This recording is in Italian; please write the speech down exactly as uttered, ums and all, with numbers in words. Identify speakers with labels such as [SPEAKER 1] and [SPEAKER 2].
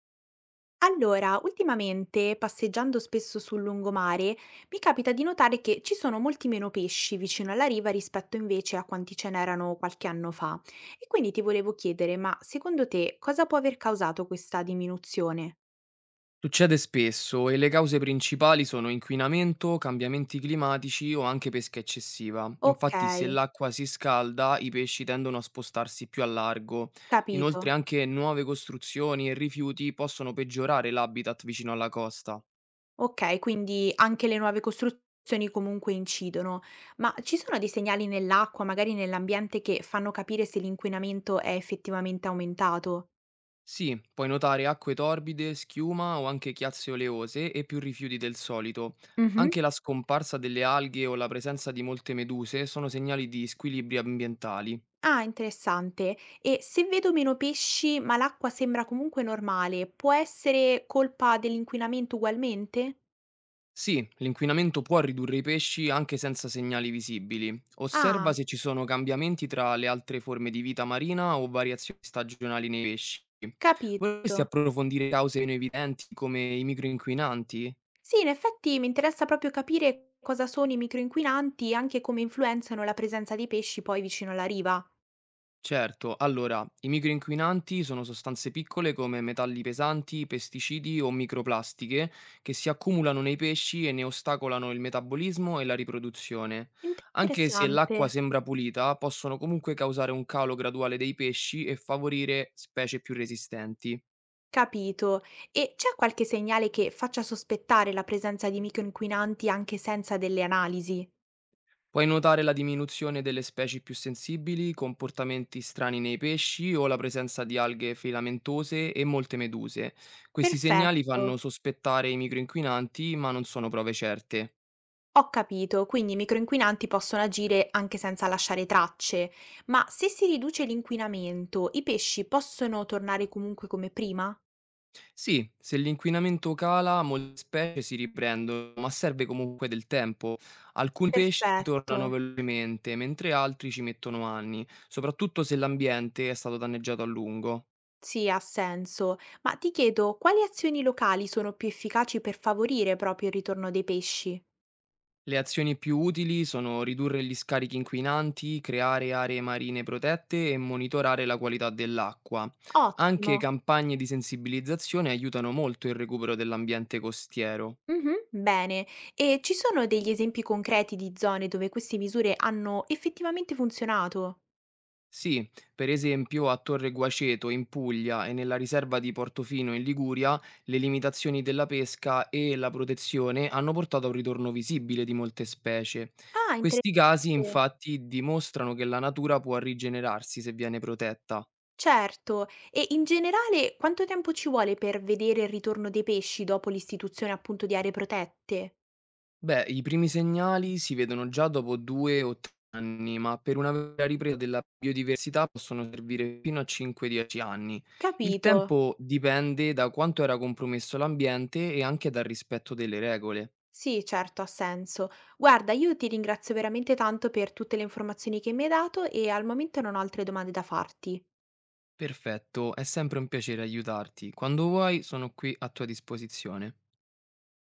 [SPEAKER 1] Allora, ultimamente, passeggiando spesso sul lungomare, mi capita di notare che ci sono molti meno pesci vicino alla riva rispetto invece a quanti ce n'erano qualche anno fa. E quindi ti volevo chiedere, ma secondo te cosa può aver causato questa diminuzione?
[SPEAKER 2] Succede spesso e le cause principali sono inquinamento, cambiamenti climatici o anche pesca eccessiva.
[SPEAKER 1] Ok,
[SPEAKER 2] Infatti, se l'acqua si scalda, i pesci tendono a spostarsi più a largo. Inoltre,
[SPEAKER 1] capito.
[SPEAKER 2] anche nuove costruzioni e rifiuti possono peggiorare l'habitat vicino alla costa.
[SPEAKER 1] Ok, quindi anche le nuove costruzioni comunque incidono. Ma ci sono dei segnali nell'acqua, magari nell'ambiente, che fanno capire se l'inquinamento è effettivamente aumentato?
[SPEAKER 2] Sì, puoi notare acque torbide, schiuma o anche chiazze oleose e più rifiuti del solito.
[SPEAKER 1] Mhm.
[SPEAKER 2] Anche la scomparsa delle alghe o la presenza di molte meduse sono segnali di squilibri ambientali.
[SPEAKER 1] Ah, interessante. E se vedo meno pesci, ma l'acqua sembra comunque normale, può essere colpa dell'inquinamento ugualmente?
[SPEAKER 2] Sì, l'inquinamento può ridurre i pesci anche senza segnali visibili.
[SPEAKER 1] Ah,
[SPEAKER 2] Osserva se ci sono cambiamenti tra le altre forme di vita marina o variazioni stagionali nei pesci.
[SPEAKER 1] capito.
[SPEAKER 2] Vorresti approfondire cause meno evidenti come i microinquinanti?
[SPEAKER 1] Sì, in effetti mi interessa proprio capire cosa sono i microinquinanti e anche come influenzano la presenza dei pesci poi vicino alla riva.
[SPEAKER 2] Certo, allora, i microinquinanti sono sostanze piccole come metalli pesanti, pesticidi o microplastiche che si accumulano nei pesci e ne ostacolano il metabolismo e la riproduzione. Anche se
[SPEAKER 1] Interessante.
[SPEAKER 2] l'acqua sembra pulita, possono comunque causare un calo graduale dei pesci e favorire specie più resistenti.
[SPEAKER 1] Capito. E c'è qualche segnale che faccia sospettare la presenza di microinquinanti anche senza delle analisi?
[SPEAKER 2] Puoi notare la diminuzione delle specie più sensibili, comportamenti strani nei pesci o la presenza di alghe filamentose e molte meduse. Questi segnali
[SPEAKER 1] Perfetto.
[SPEAKER 2] fanno sospettare i microinquinanti, ma non sono prove certe.
[SPEAKER 1] Ho capito, quindi i microinquinanti possono agire anche senza lasciare tracce, ma se si riduce l'inquinamento, i pesci possono tornare comunque come prima?
[SPEAKER 2] Sì, se l'inquinamento cala, molte specie si riprendono, ma serve comunque del tempo. Alcuni pesci
[SPEAKER 1] Perfetto,
[SPEAKER 2] tornano velocemente, mentre altri ci mettono anni, soprattutto se l'ambiente è stato danneggiato a lungo.
[SPEAKER 1] sì, ha senso. Ma ti chiedo, quali azioni locali sono più efficaci per favorire proprio il ritorno dei pesci?
[SPEAKER 2] Le azioni più utili sono ridurre gli scarichi inquinanti, creare aree marine protette e monitorare la qualità dell'acqua.
[SPEAKER 1] Ottimo.
[SPEAKER 2] Anche campagne di sensibilizzazione aiutano molto il recupero dell'ambiente costiero.
[SPEAKER 1] Mhm, bene. E ci sono degli esempi concreti di zone dove queste misure hanno effettivamente funzionato?
[SPEAKER 2] Sì, per esempio a Torre Guaceto in Puglia e nella riserva di Portofino in Liguria, le limitazioni della pesca e la protezione hanno portato a un ritorno visibile di molte specie.
[SPEAKER 1] Ah, interessante.
[SPEAKER 2] Questi casi infatti dimostrano che la natura può rigenerarsi se viene protetta.
[SPEAKER 1] Certo, e in generale quanto tempo ci vuole per vedere il ritorno dei pesci dopo l'istituzione appunto di aree protette?
[SPEAKER 2] Beh, i primi segnali si vedono già dopo due o tre anni, ma per una vera ripresa della biodiversità possono servire fino a cinque dieci anni. Il
[SPEAKER 1] Capito.
[SPEAKER 2] tempo dipende da quanto era compromesso l'ambiente e anche dal rispetto delle regole.
[SPEAKER 1] Sì, certo, ha senso. Guarda, io ti ringrazio veramente tanto per tutte le informazioni che mi hai dato e al momento non ho altre domande da farti.
[SPEAKER 2] Perfetto, è sempre un piacere aiutarti. Quando vuoi, sono qui a tua disposizione.